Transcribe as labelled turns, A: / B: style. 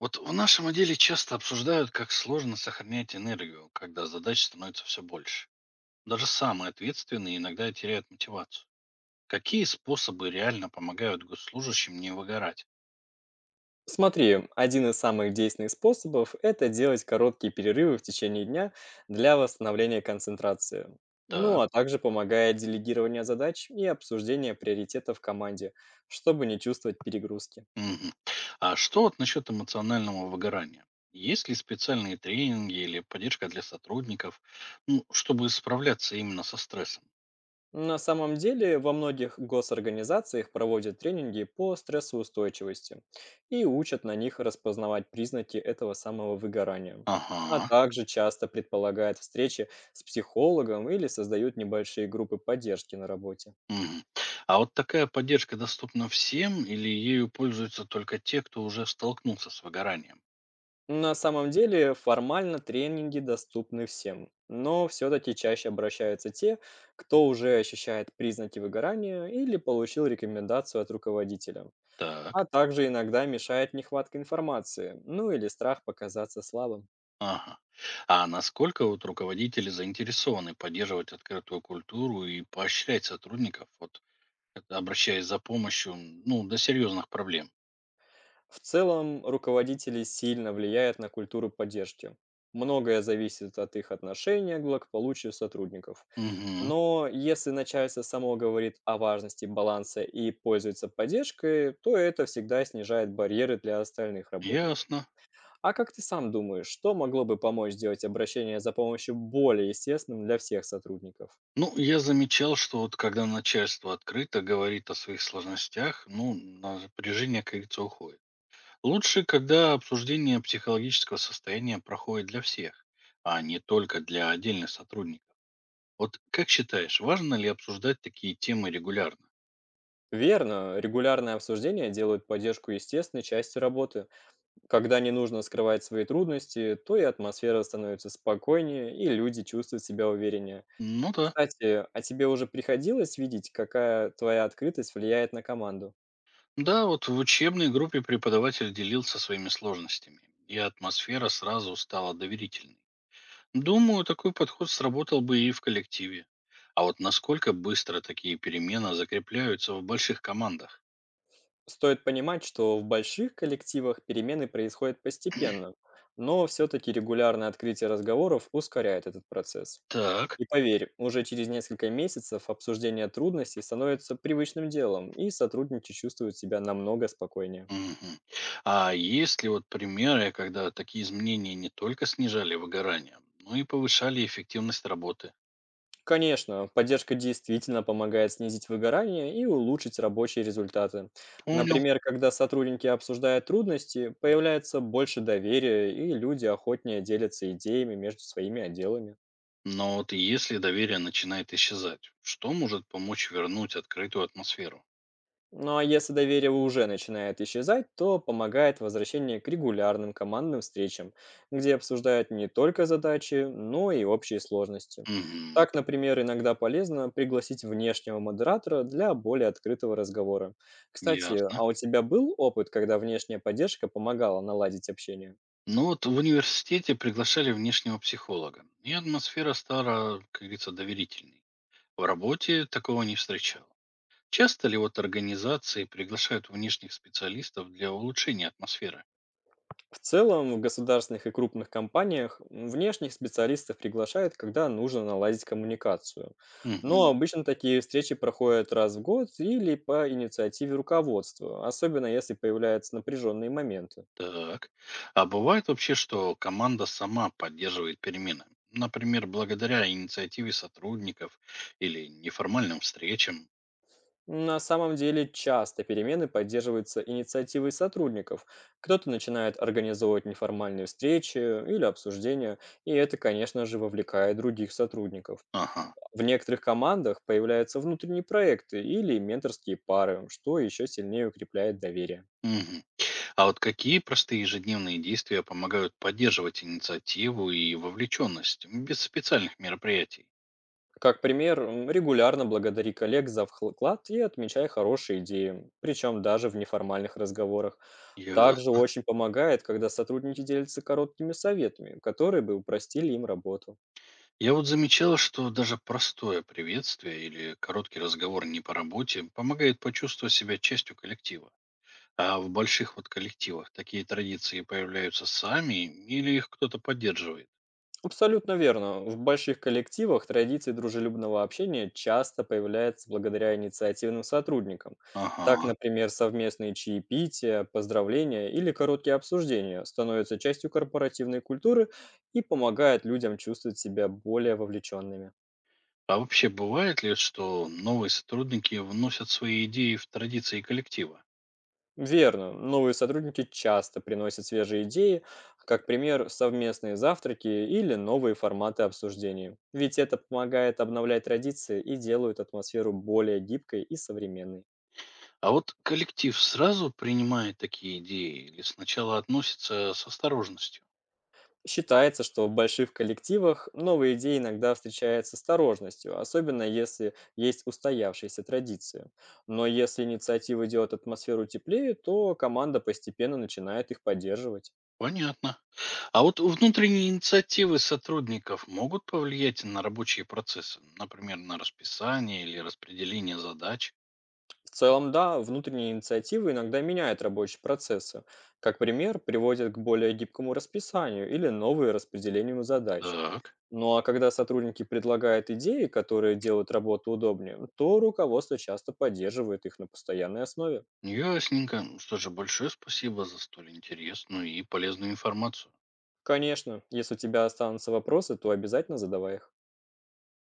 A: Вот в нашем отделе часто обсуждают, как сложно сохранять энергию, когда задач становится все больше. Даже самые ответственные иногда теряют мотивацию. Какие способы реально помогают госслужащим не выгорать?
B: Смотри, один из самых действенных способов – это делать короткие перерывы в течение дня для восстановления концентрации. Ну,
A: Так.
B: а также помогает делегирование задач и обсуждение приоритетов в команде, чтобы не чувствовать перегрузки.
A: Мгм. А что вот насчет эмоционального выгорания? Есть ли специальные тренинги или поддержка для сотрудников, ну, чтобы справляться именно со стрессом?
B: На самом деле, во многих госорганизациях проводят тренинги по стрессоустойчивости и учат на них распознавать признаки этого самого выгорания. А
A: Ага.
B: также часто предполагают встречи с психологом или создают небольшие группы поддержки на работе.
A: Мгм. А вот такая поддержка доступна всем или ею пользуются только те, кто уже столкнулся с выгоранием?
B: На самом деле формально тренинги доступны всем, но все-таки чаще обращаются те, кто уже ощущает признаки выгорания или получил рекомендацию от руководителя. А
A: Так,
B: также иногда мешает нехватка информации, ну или страх показаться слабым.
A: ага. А насколько вот руководители заинтересованы поддерживать открытую культуру и поощрять сотрудников, вот, это обращаясь за помощью, до серьезных проблем?
B: В целом, руководители сильно влияют на культуру поддержки. Многое зависит от их отношения к благополучию сотрудников.
A: Угу,
B: Но если начальство само говорит о важности баланса и пользуется поддержкой, то это всегда снижает барьеры для остальных работников.
A: ясно.
B: А как ты сам думаешь, что могло бы помочь сделать обращение за помощью более естественным для всех сотрудников?
A: Ну, я замечал, что вот когда начальство открыто говорит о своих сложностях, ну, напряжение, как говорится, уходит. Лучше, когда обсуждение психологического состояния проходит для всех, а не только для отдельных сотрудников. Вот как считаешь, важно ли обсуждать такие темы регулярно?
B: Верно, регулярное обсуждение делает поддержку естественной частью работы. Когда не нужно скрывать свои трудности, то и атмосфера становится спокойнее, и люди чувствуют себя увереннее.
A: Ну да.
B: Кстати, а тебе уже приходилось видеть, какая твоя открытость влияет на команду?
A: Да, вот в учебной группе преподаватель делился своими сложностями, и атмосфера сразу стала доверительной. Думаю, такой подход сработал бы и в коллективе. А вот насколько быстро такие перемены закрепляются в больших командах?
B: Стоит понимать, что в больших коллективах перемены происходят постепенно, но все-таки регулярное открытие разговоров ускоряет этот процесс.
A: Так.
B: И поверь, уже через несколько месяцев обсуждение трудностей становится привычным делом, и сотрудники чувствуют себя намного спокойнее.
A: Мгм. А есть ли вот примеры, когда такие изменения не только снижали выгорание, но и повышали эффективность работы?
B: Конечно, поддержка действительно помогает снизить выгорание и улучшить рабочие результаты.
A: Понял.
B: Например, когда сотрудники обсуждают трудности, появляется больше доверия, и люди охотнее делятся идеями между своими отделами.
A: Но вот если доверие начинает исчезать, что может помочь вернуть открытую атмосферу?
B: Ну а если доверие уже начинает исчезать, то помогает возвращение к регулярным командным встречам, где обсуждают не только задачи, но и общие сложности.
A: Мгм.
B: Так, например, иногда полезно пригласить внешнего модератора для более открытого разговора. Кстати,
A: Ясно.
B: а у тебя был опыт, когда внешняя поддержка помогала наладить общение?
A: Ну вот в университете приглашали внешнего психолога, и атмосфера стала, как говорится, доверительной. В работе такого не встречал. Часто ли вот организации приглашают внешних специалистов для улучшения атмосферы?
B: В целом, в государственных и крупных компаниях внешних специалистов приглашают, когда нужно наладить коммуникацию. Но
A: Мгм.
B: обычно такие встречи проходят раз в год или по инициативе руководства, особенно если появляются напряженные моменты.
A: Так. А бывает вообще, что команда сама поддерживает перемены? Например, благодаря инициативе сотрудников или неформальным встречам?
B: На самом деле, часто перемены поддерживаются инициативой сотрудников. Кто-то начинает организовывать неформальные встречи или обсуждения, и это, конечно же, вовлекает других сотрудников.
A: Ага.
B: В некоторых командах появляются внутренние проекты или менторские пары, что еще сильнее укрепляет доверие.
A: Мгм. А вот какие простые ежедневные действия помогают поддерживать инициативу и вовлеченность без специальных мероприятий?
B: Как пример, регулярно благодари коллег за вклад и отмечай хорошие идеи, причем даже в неформальных разговорах. Также
A: Ясно.
B: очень помогает, когда сотрудники делятся короткими советами, которые бы упростили им работу.
A: Я вот замечал, что даже простое приветствие или короткий разговор не по работе помогает почувствовать себя частью коллектива. А в больших вот коллективах такие традиции появляются сами или их кто-то поддерживает?
B: Абсолютно верно. В больших коллективах традиции дружелюбного общения часто появляются благодаря инициативным сотрудникам. Так,
A: Ага.
B: например, совместные чаепития, поздравления или короткие обсуждения становятся частью корпоративной культуры и помогают людям чувствовать себя более вовлеченными.
A: А вообще бывает ли, что новые сотрудники вносят свои идеи в традиции коллектива?
B: Верно. Новые сотрудники часто приносят свежие идеи, как пример совместные завтраки или новые форматы обсуждений. Ведь это помогает обновлять традиции и делают атмосферу более гибкой и современной.
A: А вот коллектив сразу принимает такие идеи или сначала относится с осторожностью?
B: Считается, что в больших коллективах новые идеи иногда встречаются с осторожностью, особенно если есть устоявшиеся традиции. Но если инициатива делает атмосферу теплее, то команда постепенно начинает их поддерживать.
A: Понятно. А вот внутренние инициативы сотрудников могут повлиять на рабочие процессы, например, на расписание или распределение задач?
B: В целом, да, внутренние инициативы иногда меняют рабочие процессы. Как пример, приводят к более гибкому расписанию или новые распределению задач.
A: Так,
B: Ну а когда сотрудники предлагают идеи, которые делают работу удобнее, то руководство часто поддерживает их на постоянной основе.
A: ясненько. Ну, что же, большое спасибо за столь интересную и полезную информацию.
B: Конечно, если у тебя останутся вопросы, то обязательно задавай их.